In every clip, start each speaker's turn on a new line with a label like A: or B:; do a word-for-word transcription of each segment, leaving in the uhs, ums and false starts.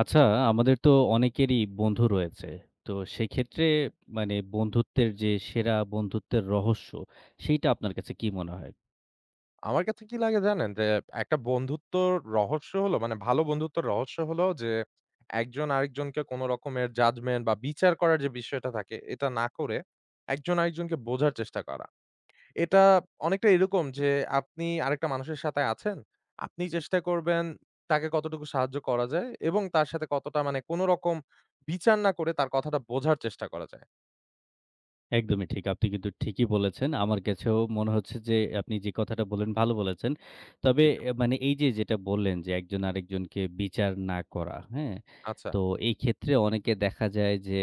A: আচ্ছা, আমাদের তো অনেকেরই বন্ধু রয়েছে। তো সেক্ষেত্রে মানে বন্ধুত্বের যে সেরা বন্ধুত্বের রহস্য, সেইটা আপনার কাছে কি মনে হয়?
B: আমার কাছে কি লাগে জানেন? যে একটা বন্ধুত্বর রহস্য হলো মানে ভালো বন্ধুত্বর রহস্য হলো যে একজন আরেকজনকে কোন রকমের জাজমেন্ট বা বিচার করার যে বিষয়টা থাকে এটা না করে একজন আরেকজনকে বোঝার চেষ্টা করা। এটা অনেকটা এরকম যে আপনি আরেকটা মানুষের সাথে আছেন, আপনি চেষ্টা করবেন তাকে কতটুকু সাহায্য করা যায় এবং তার সাথে কতটা মানে কোন রকম বিচার না করে তার কথাটা বোঝার চেষ্টা করা যায়।
A: একদমই ঠিক। আপনি কিন্তু ঠিকই বলেছেন। আমার কাছেও মনে হচ্ছে যে আপনি যে কথাটা বললেন ভালো বলেছেন। তবে
B: জি,
A: এ মানে এই যে যেটা বললেন যে একজন আরেকজনকে বিচার না করা, হ্যাঁ?
B: আচ্ছা।
A: তো এই ক্ষেত্রে অনেকে দেখা যায় যে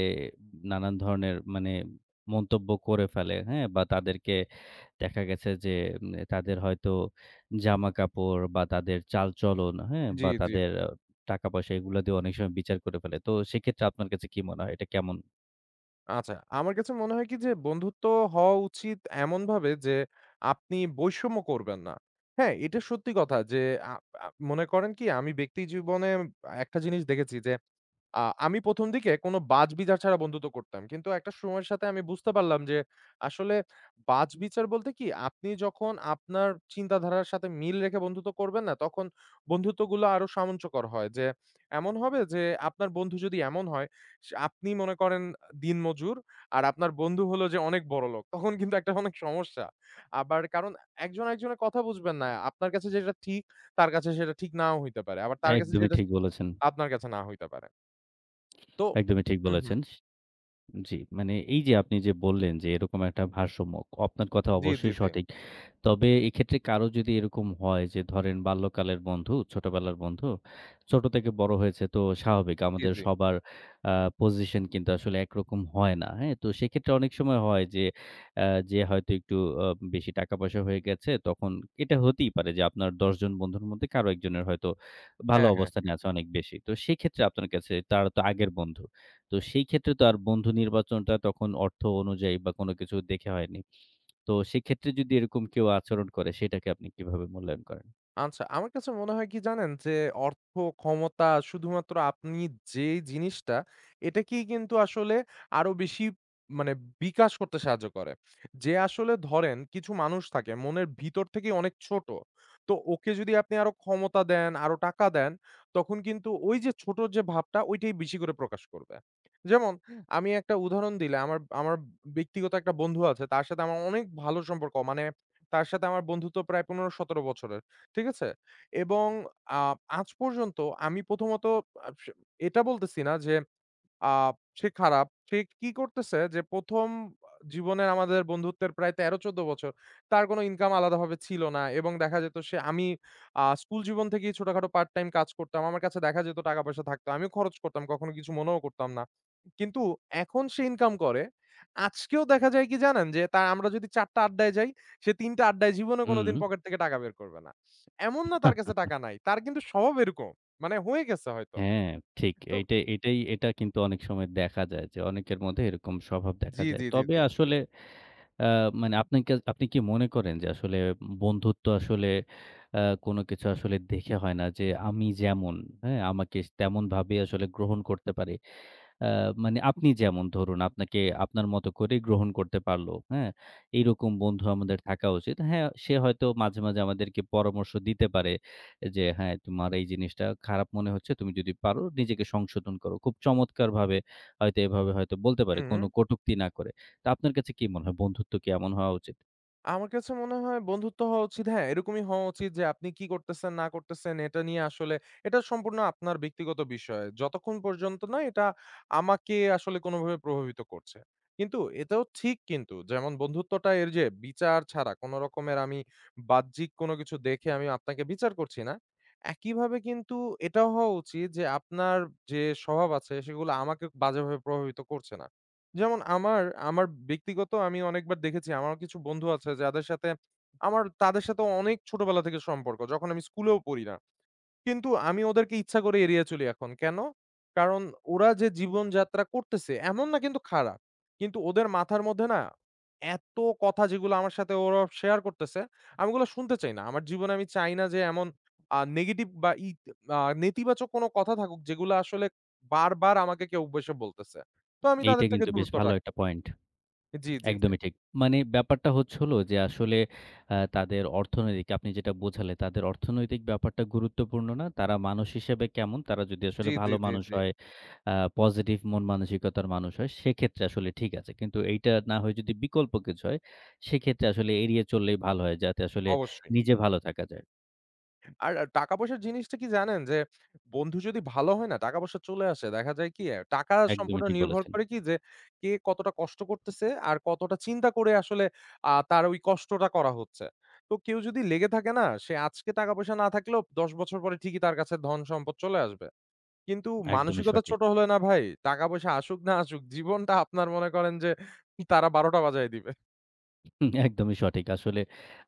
A: নানান ধরনের মানে মন্তব্য করে ফেলে, হ্যাঁ? বা তাদেরকে দেখা গেছে যে উম তাদের হয়তো জামাকাপড় বা তাদের চালচলন, হ্যাঁ?
B: জি,
A: বা
B: জি।
A: তাদের আ টাকা-পয়সা এগুলা দিয়ে অনেক সময় বিচার করে ফেলে। তো সেক্ষেত্রে আপনার কাছে কি মনে হয় এটা কেমন?
B: আচ্ছা, আমার কাছে মনে হয় কি যে বন্ধুত্ব হওয়া উচিত এমনভাবে যে আপনি বৈষম্য করবেন না। হ্যাঁ, এটা সত্যি কথা যে আ আ মনে করেন কি আমি ব্যক্তি জীবনে একটা জিনিস দেখেছি যে আ আমি ১ম দিকে কোনো বাছ-বিচার ছাড়া বন্ধুত্ব করতাম। কিন্তু একটা সময়ের সাথে আমি বুঝতে পারলাম যে আসলে বাছ-বিচার বলতে কি? আপনি যখন আপনার চিন্তাধারার সাথে মিল রেখে বন্ধুত্ব করবেন না? তখন বন্ধুত্বগুলো আরো সামঞ্জস্যকর হয়। যে এমন হবে যে আপনার বন্ধু যদি এমন হয়, সে আপনি মনে করেন দিনমজুর আর আপনার বন্ধু হলো যে অনেক বড়লোক। তখন কিন্তু একটা অনেক সমস্যা। আবার কারণ একজন, একজনের কথা বুঝবেন না। আপনার কাছে যেটা ঠিক, তার কাছে সেটা ঠিক নাও হইতে পারে। আবার তার কাছে
A: একদমই
B: যেটা
A: ঠিক
B: ঠিক,
A: বলেছেন,
B: আপনার কাছে না হইতে পারে। তো
A: একদমই ঠিক
B: হুম, হুম।
A: বলেছেন। জি, মানে এই যে আপনি যে বললেন যে এরকম একটা ভারসাম্য, আপনার কথা
B: জি, জি,
A: অবশ্যই
B: জি।
A: সঠিক। তবে এক্ষেত্রে কারো যদি এরকম হয় যে ধরেন বাল্যকালের বন্ধু, ছোটবেলার বন্ধু, ছোট থেকে বড় হয়েছে তো স্বাভাবিক
B: জি,
A: আমাদের
B: জি।
A: সবার আ পজিশন কিন্তু আসলে একরকম হয় না, হ্যাঁ? তো সেক্ষেত্রে অনেক সময় হয় যে আ যে হয়তো একটু আ বেশি টাকা-পয়সা হয়ে গেছে তখন এটা হতেই পারে যে আপনার দশ জন বন্ধুর মধ্যে কারো একজনের হয়তো ভালো
B: হ্যাঁ, হ্যাঁ,
A: অবস্থানে
B: হ্যাঁ।
A: আছে অনেক বেশি। তো সেক্ষেত্রে আপনার কাছে তারা তো আগের বন্ধু। তো সেই ক্ষেত্রে তো আর বন্ধু নির্বাচনটা তখন অর্থ অনুযায়ী বা কোনো কিছু দেখে হয়নি। তো সেক্ষেত্রে যদি এরকম কেউ আচরণ করে সেটাকে আপনি কিভাবে মূল্যায়ন করেন?
B: আচ্ছা, আমার কাছে মনে হয় কি জানেন? যে অর্থ, ক্ষমতা শুধুমাত্র আপনি যেই জিনিসটা এটাকেই কিন্তু আসলে আরো বেশি মানে বিকাশ করতে সাহায্য করে। যে আসলে ধরেন কিছু মানুষ থাকে মনের ভিতর থেকেই অনেক ছোট। তো ওকে যদি আপনি আরো ক্ষমতা দেন, আরো টাকা দেন, তখন কিন্তু ওই যে ছোট যে ভাবটা ওইটাই বেশি করে প্রকাশ করবে। যেমন আমি একটা উদাহরণ দিলে আমার আমার ব্যক্তিগত একটা বন্ধু আছে। তার সাথে আমার অনেক ভালো সম্পর্ক। মানে তার সাথে আমার বন্ধুত্ব প্রায় পনেরো সতেরো বছরের। ঠিক আছে? এবং আ আজ পর্যন্ত আমি প্রথমত আ এটা বলতেছি না যে আ সে খারাপ। সে কি করতেছে যে ১ম জীবনের আমাদের বন্ধুত্বের প্রায় তেরো চোদ্দ বছর তার কোনো ইনকাম আলাদাভাবে ছিল না এবং দেখা যেত সে আমি আ স্কুল জীবন থেকেই ছোটখাটো পার্ট টাইম কাজ করতাম। আমার কাছে দেখা যেত টাকা-পয়সা থাকতো। আমিও খরচ করতাম। কখনো কিছু মনেও করতাম না। কিন্তু এখন সে ইনকাম করে। আজকেও দেখা যায় কি জানেন? যে তা আমরা যদি চার টা আড্ডায় যাই, সে তিন টা আড্ডায় জীবনে কোনোদিন
A: হুম।
B: পকেট থেকে টাকা বের করবে না। এমন না তার কাছে টাকা নাই। তার কিন্তু স্বভাব এরকম। মানে হয়ে গেছে হয়তো।
A: হ্যাঁ, ঠিক।
B: তো
A: এইটা এটাই এটা কিন্তু অনেক সময় দেখা যায় যে অনেকের মধ্যে এরকম স্বভাব দেখা
B: জি,
A: যায়।
B: জি, জি,
A: তবে
B: জি।
A: আসলে আ মানে আপনি কা আপনি কি মনে করেন যে আসলে বন্ধুত্ব আসলে আ কোনো কিছু আসলে দেখে হয় না যে আমি যেমন, হ্যাঁ? আমাকে তেমনভাবে আসলে গ্রহণ করতে পারে। আ মানে আপনি যেমন ধরুন আপনাকে আপনার মতো করে গ্রহণ করতে পারল, হ্যাঁ? এইরকম বন্ধু আমাদের থাকা উচিত। হ্যাঁ, সে হয়তো মাঝে, মাঝে আমাদেরকে পরামর্শ দিতে পারে যে, "হ্যাঁ, তোমার এই জিনিসটা খারাপ মনে হচ্ছে। তুমি যদি পারো নিজেকে সংশোধন করো।" খুব চমৎকারভাবে হয়তো এভাবে হয়তো বলতে পারে
B: হুম।
A: কোনো কটূক্তি না করে। তো আপনার কাছে কি মনে হয় বন্ধুত্ব কি এমন হওয়া উচিত?
B: আমার কাছে মনে হয় বন্ধুত্ব হওয়া উচিত হ্যাঁ, এরকমই হওয়া উচিত যে আপনি কি করতেছেন না করতেছেন এটা নিয়ে আসলে এটা সম্পূর্ণ আপনার ব্যক্তিগত বিষয়। যতক্ষণ পর্যন্ত না এটা আমাকে আসলে কোনোভাবে প্রভাবিত করছে। কিন্তু এটাও ঠিক কিন্তু যেমন বন্ধুত্বটা এর যে বিচার ছাড়া কোন রকমের আমি বাহ্যিক কোনো কিছু দেখে আমি আপনাকে বিচার করছি না। একইভাবে কিন্তু এটাও হওয়া উচিত যে আপনার যে স্বভাব আছে সেগুলো আমাকে বাজেভাবে প্রভাবিত করছে না। যেমন আমার, আমার ব্যক্তিগত আমি অনেকবার দেখেছি আমার কিছু বন্ধু আছে যাদের সাথে আমার তাদের সাথে অনেক ছোটবেলা থেকে সম্পর্ক। যখন আমি স্কুলেও পড়ি না। কিন্তু আমি ওদেরকে ইচ্ছা করে এড়িয়ে চলি এখন। কেন? কারণ ওরা যে জীবনযাত্রা করতেছে, এমন না কিন্তু খারাপ। কিন্তু ওদের মাথার মধ্যে না এত কথা যেগুলো আমার সাথে ওরা শেয়ার করতেছে, আমি ওগুলো শুনতে চাই না। আমার জীবনে আমি চাই না যে এমন আ নেগেটিভ বা ইত আ নেতিবাচক কোনো কথা থাকুক যেগুলো আসলে বারবার আমাকে কেউ বসে বলতেছে। তো আমি
A: এইটা
B: তাদের থেকে
A: কিন্তু বেশ
B: দূরত্ব
A: ভালো
B: রাখি।
A: একটা পয়েন্ট।
B: জি, জি, জি।
A: একদমই ঠিক। মানে ব্যাপারটা হচ্ছে হলো যে আসলে আ তাদের অর্থনৈতিক আপনি যেটা বোঝালেন তাদের অর্থনৈতিক ব্যাপারটা গুরুত্বপূর্ণ না। তারা মানুষ হিসেবে কেমন, তারা যদি
B: জি,
A: আসলে
B: জি,
A: ভালো
B: জি,
A: মানুষ
B: জি।
A: হয়, আ পজিটিভ মন মানসিকতার মানুষ হয় সেক্ষেত্রে আসলে ঠিক আছে। কিন্তু এইটা না হয়ে যদি বিকল্প কিছু হয়, সেক্ষেত্রে আসলে এড়িয়ে চললেই ভালো হয় যাতে আসলে
B: অবশ্যই।
A: নিজে ভালো থাকা যায়।
B: আর টাকা-পয়সার জিনিসটা কি জানেন? যে বন্ধু যদি ভালো হয় না, টাকা-পয়সা চলে আসে। দেখা যায় কি? অ্যা টাকা সম্পূর্ণ
A: একদমই ঠিক
B: নির্ভর
A: বলেছেন।
B: করে কি? যে কে কতটা কষ্ট করতেছে আর কতটা চিন্তা করে আসলে আ তার ওই কষ্টটা করা হচ্ছে। তো কেউ যদি লেগে থাকে না? সে আজকে টাকা-পয়সা না থাকলেও দশ বছর পরে ঠিকই তার কাছে ধন-সম্পদ চলে আসবে। কিন্তু
A: একদমই
B: মানসিকতা
A: সঠিক।
B: ছোট হলে না ভাই, টাকা-পয়সা আসুক না আসুক, জীবনটা আপনার মনে করেন যে তারা ১২টা বাজায় দিবে।
A: হুম, একদমই সঠিক। আসলে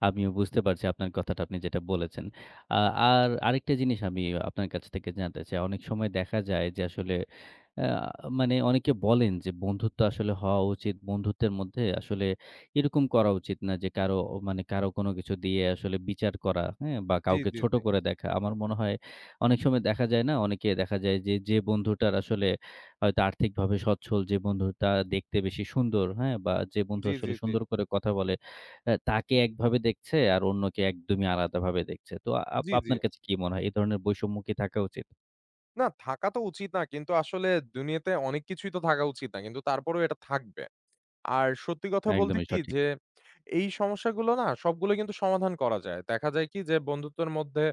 A: আমিও বুঝতে পারছি আপনার কথাটা আপনি যেটা বলেছেন। আ আর আরেকটা জিনিস আমি আপনার কাছ থেকে জানতে চাই। অনেক সময় দেখা যায় যে আসলে আ মানে অনেকে বলেন যে বন্ধুত্ব আসলে হওয়া উচিত। বন্ধুত্বের মধ্যে আসলে এরকম করা উচিত না যে কারো মানে কারো কোনো কিছু দিয়ে আসলে বিচার করা, হ্যাঁ? বা
B: জি,
A: কাউকে
B: জি,
A: ছোট
B: জি।
A: করে দেখা। আমার মনে হয় অনেক সময় দেখা যায় না? অনেকে দেখা যায় যে, যে বন্ধুটার আসলে হয়তো আর্থিকভাবে সচ্ছল যে বন্ধুটা দেখতে বেশি সুন্দর, হ্যাঁ? বা যে বন্ধু
B: জি, জি,
A: আসলে
B: জি।
A: সুন্দর করে কথা বলে, অ্যা তাকে একভাবে দেখছে আর অন্যকে একদমই আলাদাভাবে দেখছে। তো আ- আপ
B: জি, জি।
A: আপনার কাছে কি মনে হয়? এই ধরনের বৈষম্য কি থাকা উচিত?
B: না থাকা তো উচিত না। কিন্তু আসলে দুনিয়াতে অনেক কিছুই তো থাকা উচিত না। কিন্তু তারপরেও এটা থাকবে। আর সত্যি কথা বলতে
A: একদমই
B: কি
A: সঠিক।
B: যে, এই সমস্যাগুলো না সবগুলো কিন্তু সমাধান করা যায়। দেখা যায় কি যে বন্ধুত্বের মধ্যে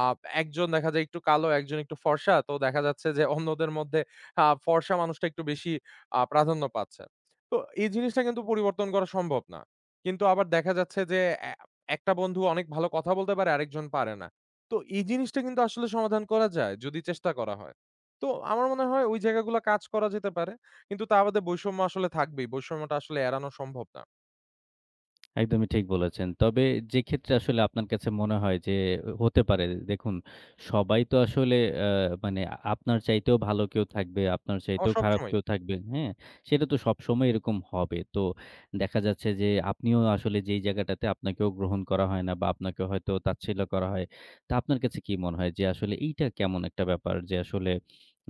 B: আ একজন দেখা যায় একটু কালো, একজন একটু ফর্সা। তো দেখা যাচ্ছে যে অন্যদের মধ্যে আ ফর্সা মানুষটা একটু বেশি আ প্রাধান্য পাচ্ছে। তো এই জিনিসটা কিন্তু পরিবর্তন করা সম্ভব না। কিন্তু আবার দেখা যাচ্ছে যে এ একটা বন্ধু অনেক ভালো কথা বলতে পারে, আরেকজন পারে না। তো এই জিনিসটা কিন্তু আসলে সমাধান করা যায় যদি চেষ্টা করা হয়। তো আমার মনে হয় ওই জায়গাগুলো কাজ করা যেতে পারে। কিন্তু তা বাদে বৈষম্য আসলে থাকবেই। বৈষম্যটা আসলে এড়ানো সম্ভব না।
A: একদমই ঠিক বলেছেন। তবে যে ক্ষেত্রে আসলে আপনার কাছে মনে হয় যে হতে পারে দেখুন সবাই তো আসলে আ মানে আপনার চাইতেও ভালো কেউ থাকবে, আপনার
B: অ
A: চাইতেও খারাপ
B: সবসময়ই।
A: কেউ থাকবে, হ্যাঁ? সেটা তো সবসময় এরকম হবে। তো দেখা যাচ্ছে যে আপনিও আসলে যেই জায়গাটাতে আপনাকেও গ্রহণ করা হয় না বা আপনাকে হয়তো তাচ্ছিল্য করা হয়। তা আপনার কাছে কি মনে হয় যে আসলে এইটা কেমন একটা ব্যাপার যে আসলে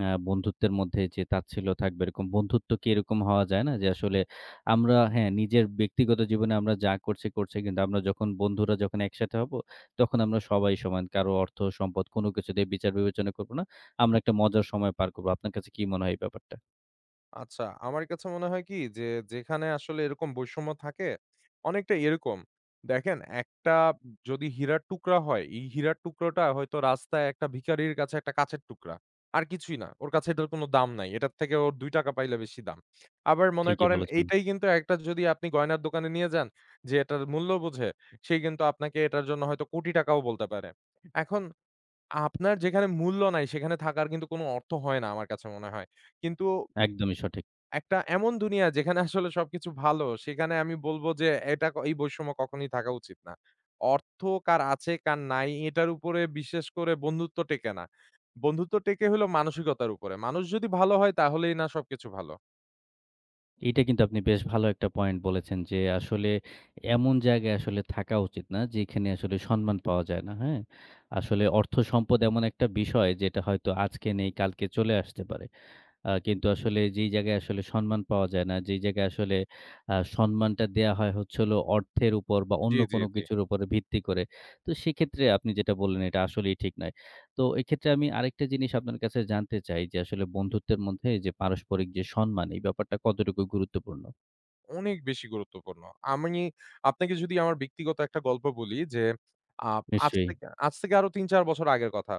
A: আ বন্ধুত্বের মধ্যে যে তাচ্ছিল্য থাকবে এরকম বন্ধুত্ব কি এরকম হওয়া যায় না? যে আসলে আমরা হ্যাঁ, নিজের ব্যক্তিগত জীবনে আমরা যা করছি, করছি। কিন্তু আমরা যখন বন্ধুরা যখন একসাথে হব, তখন আমরা সবাই সমান। কারো অর্থ, সম্পদ কোনো কিছু দিয়ে বিচার বিবেচনা করব না। আমরা একটা মজার সময় পার করব। আপনার কাছে কি মনে হয় এই ব্যাপারটা?
B: আচ্ছা, আমার কাছে মনে হয় কি যে, যেখানে আসলে এরকম বৈষম্য থাকে, অনেকটা এরকম। দেখেন একটা যদি হীরার টুকরা হয়, এই হীরার টুকরোটা হয়তো রাস্তায় একটা ভিখারির কাছে একটা কাঁচের টুকরা। আর কিছুই না। ওর কাছে এটার কোনো দাম নাই। এটার থেকে ওর ৳দুই পাইলে বেশি দাম। আবার মনে
A: ঠিকই
B: করেন
A: বলেছেন।
B: এইটাই কিন্তু একটা যদি আপনি গয়নার দোকানে নিয়ে যান, যে এটার মূল্য বোঝে, সে কিন্তু আপনাকে এটার জন্য হয়তো কোটি টাকাও বলতে পারে। এখন আপনার যেখানে মূল্য নাই সেখানে থাকার কিন্তু কোনো অর্থ হয় না আমার কাছে মনে হয়। কিন্তু
A: একদমই সঠিক।
B: একটা এমন দুনিয়া যেখানে আসলে সবকিছু ভালো সেখানে আমি বলব যে এটা ক এই বৈষম্য কখনোই থাকা উচিত না। অর্থ কার আছে কার নাই এটার উপরে বিশেষ করে বন্ধুত্ব টেকে না। বন্ধুত্ব টেকে হলো মানসিকতার উপরে। মানুষ যদি ভালো হয় তাহলেই না সবকিছু ভালো।
A: এইটা কিন্তু আপনি বেশ ভালো একটা পয়েন্ট বলেছেন যে, আসলে এমন জায়গায় আসলে থাকা উচিত না, যেখানে আসলে সম্মান পাওয়া যায় না। হ্যাঁ? আসলে অর্থ সম্পদ এমন একটা বিষয় যেটা হয়তো আজকে নেই, কালকে চলে আসতে পারে। আ কিন্তু আসলে যেই জায়গায় আসলে সম্মান পাওয়া যায় না, যেই জায়গায় আসলে আ সম্মানটা দেয়া হয় হচ্ছে হলো অর্থের উপর বা
B: জি,
A: অন্য
B: জি,
A: কোনো
B: জি।
A: কিছুর উপরে ভিত্তি করে। তো সেক্ষেত্রে আপনি যেটা বললেন এটা আসলেই ঠিক নয়। তো এক্ষেত্রে আমি আরেকটা জিনিস আপনার কাছে জানতে চাই যে আসলে বন্ধুত্বের মধ্যে যে পারস্পরিক যে সম্মান এই ব্যাপারটা কতটুকু গুরুত্বপূর্ণ?
B: অনেক বেশি গুরুত্বপূর্ণ। আমি আপনাকে যদি আমার ব্যক্তিগত একটা গল্প বলি যে, আ আজ
A: নিশ্চয়ই।
B: থেকে আজ থেকে আরো তিন চার বছর আগের কথা।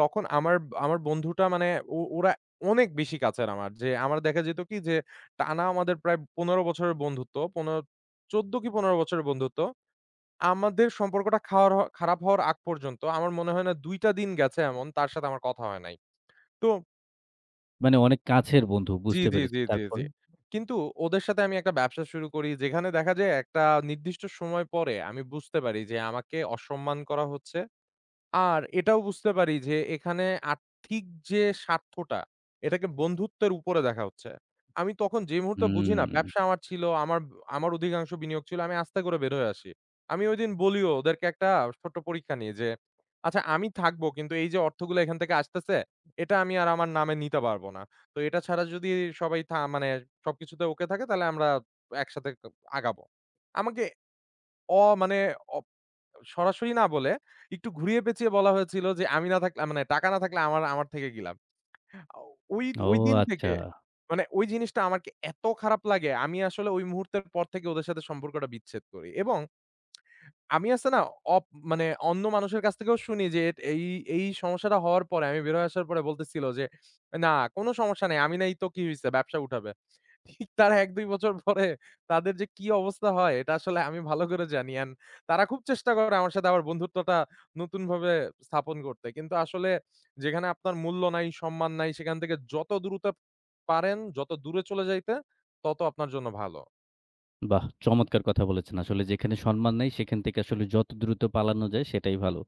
B: তখন আমার আমার বন্ধুটা মানে ও ওরা অনেক বেশি কাছের আমার। যে আমার দেখা যেত কি যে টানা আমাদের প্রায় পনেরো বছরের বন্ধুত্ব, পনেরো চোদ্দ কি পনেরো বছরের বন্ধুত্ব। আমাদের সম্পর্কটা খাওয়ার হ- খারাপ হওয়ার আগ পর্যন্ত আমার মনে হয় না দুই টা দিন গেছে এমন তার সাথে আমার কথা হয় নাই। তো
A: মানে অনেক কাছের বন্ধু
B: জি,
A: বুঝতে
B: জি, জি,
A: পেরেছি।
B: জি, জি।
A: তারপরে?
B: কিন্তু ওদের সাথে আমি একটা ব্যবসা শুরু করি যেখানে দেখা যায় একটা নির্দিষ্ট সময় পরে আমি বুঝতে পারি যে আমাকে অসম্মান করা হচ্ছে। আর এটাও বুঝতে পারি যে এখানে আর্থিক যে স্বার্থটা, এটাকে বন্ধুত্বের উপরে দেখা হচ্ছে। আমি তখন যে মুহূর্তে বুঝি না
A: হুম।
B: ব্যবসা আমার ছিল, আমার আমার অধিকাংশ বিনিয়োগ ছিল, আমি আস্তে করে বের হয়ে আসি। আমি ঐদিন বলিও ওদেরকে একটা ছোট্ট পরীক্ষা নিয়ে যে, "আচ্ছা আমি থাকবো কিন্তু এই যে অর্থগুলো এখান থেকে আসতেছে, এটা আমি আর আমার নামে নিতে পারব না। তো এটা ছাড়া যদি সবাই থা মানে সবকিছুতে ওকে থাকে তাহলে আমরা একসাথে ক আগাবো।" আমাকে অ মানে সরাসরি না বলে একটু ঘুরিয়ে পেঁচিয়ে বলা হয়েছিল যে, "আমি না থাকলে মানে টাকা না থাকলে আমার আমার থেকে কি লাভ?" আ ওই
A: ও
B: ওই দিন থেকে
A: আচ্ছা।
B: মানে ওই জিনিসটা আমাকে এত খারাপ লাগে, আমি আসলে ওই মুহূর্তের পর থেকে ওদের সাথে সম্পর্কটা বিচ্ছেদ করি এবং আমি আছে না অপ মানে অন্য মানুষের কাছ থেকেও শুনি যে এট এই, এই সমস্যাটা হওয়ার পরে আমি বের হয়ে আসার পরে বলতেছিল যে, "না, কোনো সমস্যা নাই। আমি নাই তো কি হইছে? ব্যবসা উঠাবে।" ঠিক তার এক দুই বছর পরে তাদের যে কি অবস্থা হয় এটা আসলে আমি ভালো করে জানি। অ্যান্ড তারা খুব চেষ্টা করে আমার সাথে আবার বন্ধুত্বটা নতুনভাবে স্থাপন করতে। কিন্তু আসলে যেখানে আপনার মূল্য নাই, সম্মান নাই সেখান থেকে যত দ্রুত পারেন, যত দূরে চলে যাইতে তত আপনার জন্য ভালো।
A: বাহ! চমৎকার কথা বলেছেন। আসলে যেখানে সম্মান নাই সেখান থেকে আসলে যত দ্রুত পালানো যায় সেটাই ভালো।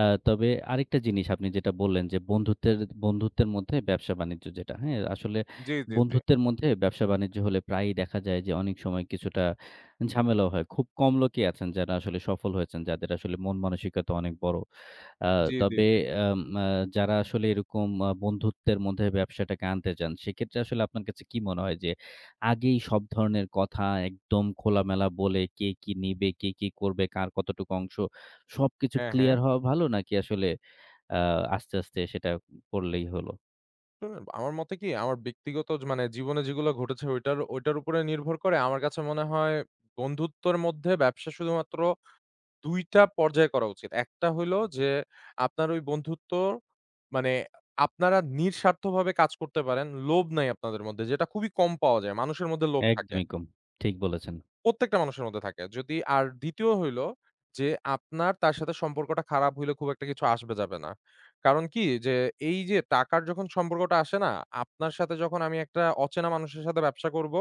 A: আ তবে আরেকটা জিনিস আপনি যেটা বললেন যে, বন্ধুত্বের বন্ধুত্বের মধ্যে ব্যবসা-বাণিজ্য যেটা, হ্যাঁ? আসলে
B: জি, জি, জি।
A: বন্ধুত্বের মধ্যে ব্যবসা-বাণিজ্য হলে প্রায়ই দেখা যায় যে, অনেক সময় কিছুটা ঝামেলাও হয়। খুব কম লোকই আছেন যারা আসলে সফল হয়েছেন, যাদের আসলে মন মানসিকতা অনেক বড়। আ
B: জি, জি,
A: তবে
B: জি।
A: আম আ যারা আসলে এরকম আ বন্ধুত্বের মধ্যে ব্যবসাটাকে আনতে চান, সেক্ষেত্রে আসলে আপনার কাছে কি মনে হয় যে, আগেই সব ধরনের কথা একদম খোলামেলা বলে কে কি নিবে, কে কি করবে, কার কতটুকু অংশ সবকিছু
B: হ্যাঁ, হ্যাঁ।
A: ক্লিয়ার হওয়া ভালো নাকি আসলে আ আস্তে, আস্তে সেটা করলেই হলো?
B: শুনুন আমার মতে কি আমার ব্যক্তিগত জ- মানে জীবনে যেগুলো ঘটেছে ওইটার ওইটার উপরে নির্ভর করে আমার কাছে মনে হয় বন্ধুত্বের মধ্যে ব্যবসা শুধুমাত্র দুই টা পর্যায়ে করা উচিত। একটা হইলো যে আপনার ওই বন্ধুত্ব মানে আপনারা নিঃস্বার্থভাবে কাজ করতে পারেন। লোভ নাই আপনাদের মধ্যে যেটা খুবই কম পাওয়া যায়। মানুষের মধ্যে লোভ থাকে।
A: একদমই কম। ঠিক বলেছেন।
B: প্রত্যেকটা মানুষের মধ্যে থাকে। যদি আর ২য় হইলো যে আপনার তার সাথে সম্পর্কটা খারাপ হইলে খুব একটা কিছু আসবে যাবে না। কারণ কি যে এই যে টাকার যখন সম্পর্কটা আসে না, আপনার সাথে যখন আমি একটা অচেনা মানুষের সাথে ব্যবসা করব,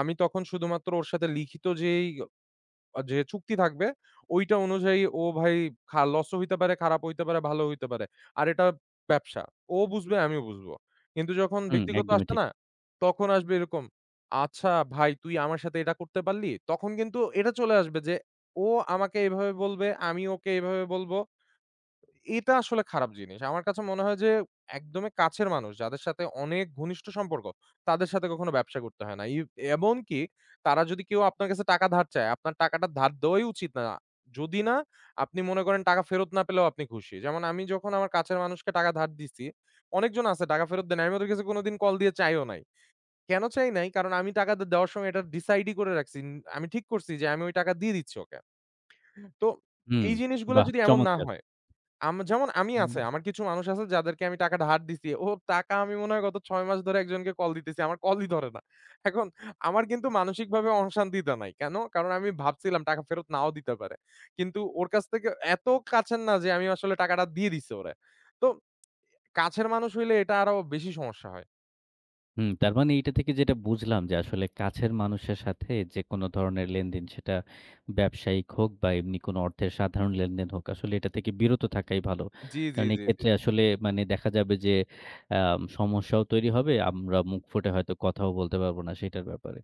B: আমি তখন শুধুমাত্র ওর সাথে লিখিত যেই আ যে চুক্তি থাকবে ঐটা অনুযায়ী ও ভাই খা লসও হইতে পারে, খারাপ হইতে পারে, ভালো হইতে পারে। আর এটা ব্যবসা। ও বুঝবে, আমিও বুঝবো। কিন্তু যখন
A: হুম,
B: ব্যক্তিগত
A: একদমই
B: আসবে
A: ঠিক।
B: না, তখন আসবে এরকম, "আচ্ছা ভাই তুই আমার সাথে এটা করতে পারলি?" তখন কিন্তু এটা চলে আসবে যে ও আমাকে এভাবে বলবে, আমি ওকে এভাবে বলব। এটা আসলে খারাপ জিনিস। আমার কাছে মনে হয় যে একদমই কাছের মানুষ যাদের সাথে অনেক ঘনিষ্ঠ সম্পর্ক, তাদের সাথে কখনো ব্যবসা করতে হয় না। ইভ এমনকি তারা যদি কেউ আপনার কাছে টাকা ধার চায়, আপনার টাকাটা ধার দেওয়াই উচিত না। যদি না আপনি মনে করেন টাকা ফেরত না পেলেও আপনি খুশি। যেমন আমি যখন আমার কাছের মানুষকে টাকা ধার দিছি, অনেকজন আছে টাকা ফেরত দেয় নাই। আমি ওদের কাছে কোনোদিন কল দিয়ে চাইও নাই। কেন চাই নাই? কারণ আমি টাকা দে দেওয়ার সময় এটা ডিসাইডই করে রাখছি। আমি ঠিক করছি যে আমি ওই টাকা দিয়ে দিচ্ছি ওকে। তো
A: হুম,
B: এই জিনিসগুলা
A: বাহ!
B: যদি এমন না
A: চমৎকার!
B: হয় আম যেমন আমি আছে। আমার কিছু মানুষ আছে যাদেরকে আমি টাকা ধার দিছি। ওর টাকা আমি মনে হয় গত ছয় মাস ধরে একজনকে কল দিতেছি। আমার কলই ধরে না। এখন আমার কিন্তু মানসিকভাবে অশান্তিটা নাই। কেন? কারণ আমি ভাবছিলাম টাকা ফেরত নাও দিতে পারে। কিন্তু ওর কাছ থেকে এত কাছের না যে আমি আসলে টাকাটা দিয়ে দিছি ওরে। তো কাছের মানুষ হইলে এটা আরো বেশি সমস্যা হয়।
A: হুম, তার মানে এইটা থেকে যেটা বুঝলাম যে আসলে কাছের মানুষের সাথে যে কোনো ধরনের লেনদেন সেটা ব্যবসায়িক হোক বা এমনি কোনো অর্থের সাধারণ লেনদেন হোক আসলে এটা থেকে বিরত থাকাই ভালো।
B: জি, জি,
A: কারণ
B: জি, জি।
A: এক্ষেত্রে আসলে মানে দেখা যাবে যে আম সমস্যাও তৈরি হবে। আমরা মুখ ফুটে হয়তো কথাও বলতে পারবো না সেটার ব্যাপারে।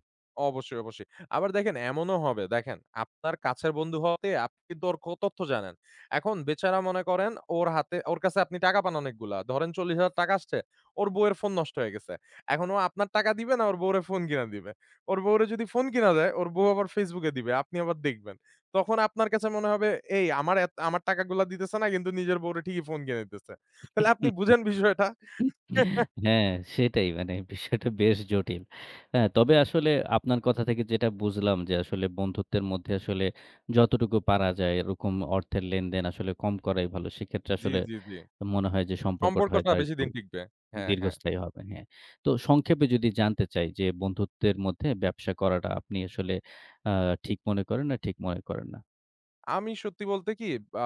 B: অবশ্যই, অবশ্যই। আবার দেখেন এমনও হবে দেখেন আপনার কাছের বন্ধু হতে আপনি কিন্তু ওর ক তথ্য জানেন। এখন বেচারা মনে করেন ওর হাতে ওর কাছে আপনি টাকা পান অনেকগুলা। ধরেন ৳চল্লিশ হাজার আসছে। ওর বউয়ের ফোন নষ্ট হয়ে গেছে। এখন ও আপনার টাকা দিবে না ওর বউরে ফোন কিনা দিবে। ওর বউরে যদি ফোন কিনা দেয় ওর বউ আবার Facebook এ দিবে। আপনি আবার দেখবেন। তখন আপনার কাছে মনে হবে এই আমার এত আমার টাকাগুলা দিতেছে না কিন্তু নিজের বউরে ঠিকই ফোন কিনে দিতেছে। তাহলে আপনি বুঝেন বিষয়টা?
A: হ্যাঁ, সেটাই মানে বিষয়টা বেশ জটিল। হ্যাঁ, তবে আসলে আপনার কথা থেকে যেটা বুঝলাম যে আসলে বন্ধুত্বের মধ্যে আসলে যতটুকু পারা যায় এরকম অর্থের লেনদেন আসলে কম করাই ভালো। সেক্ষেত্রে
B: জি,
A: আসলে
B: জি, জি।
A: মনে হয় যে সম্পর্কটা হয়তো
B: সম্পর্কটা বেশি
A: আরেকটু
B: দিন টিকবে। হ্যাঁ, হ্যাঁ।
A: দীর্ঘস্থায়ী হবে। হ্যাঁ। তো সংক্ষেপে যদি জানতে চাই যে বন্ধুত্বের মধ্যে ব্যবসা করাটা আপনি আসলে আ ঠিক মনে করেন না ঠিক মনে করেন না?
B: আমি সত্যি বলতে কি আ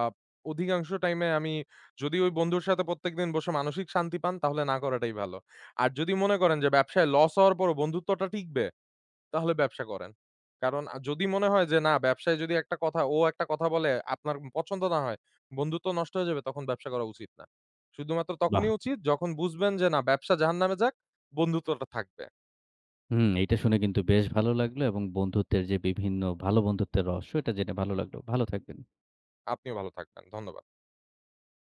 B: অধিকাংশ টাইমে আমি যদি ওই বন্ধুর সাথে প্রত্যেকদিন বসে মানসিক শান্তি পান তাহলে না করাটাই ভালো। আর যদি মনে করেন যে ব্যবসায় লস হওয়ার পরও বন্ধুত্বটা টিকবে তাহলে ব্যবসা করেন। কারণ আ যদি মনে হয় যে না ব্যবসায় যদি একটা কথা ও একটা কথা বলে আপনার পছন্দ না হয়, বন্ধুত্ব নষ্ট হয়ে যাবে তখন ব্যবসা করা উচিত না। শুধুমাত্র
A: বাহ!
B: তখনই উচিত যখন বুঝবেন যে না ব্যবসা জাহান্নামে যাক, বন্ধুত্বটা থাকবে।
A: হুম, এইটা শুনে কিন্তু বেশ ভালো লাগলো এবং বন্ধুত্বের যে বিভিন্ন ভালো বন্ধুত্বের রহস্য এটা জেনে ভালো লাগলো। ভালো থাকবেন।
B: আপনিও ভালো থাকবেন। ধন্যবাদ।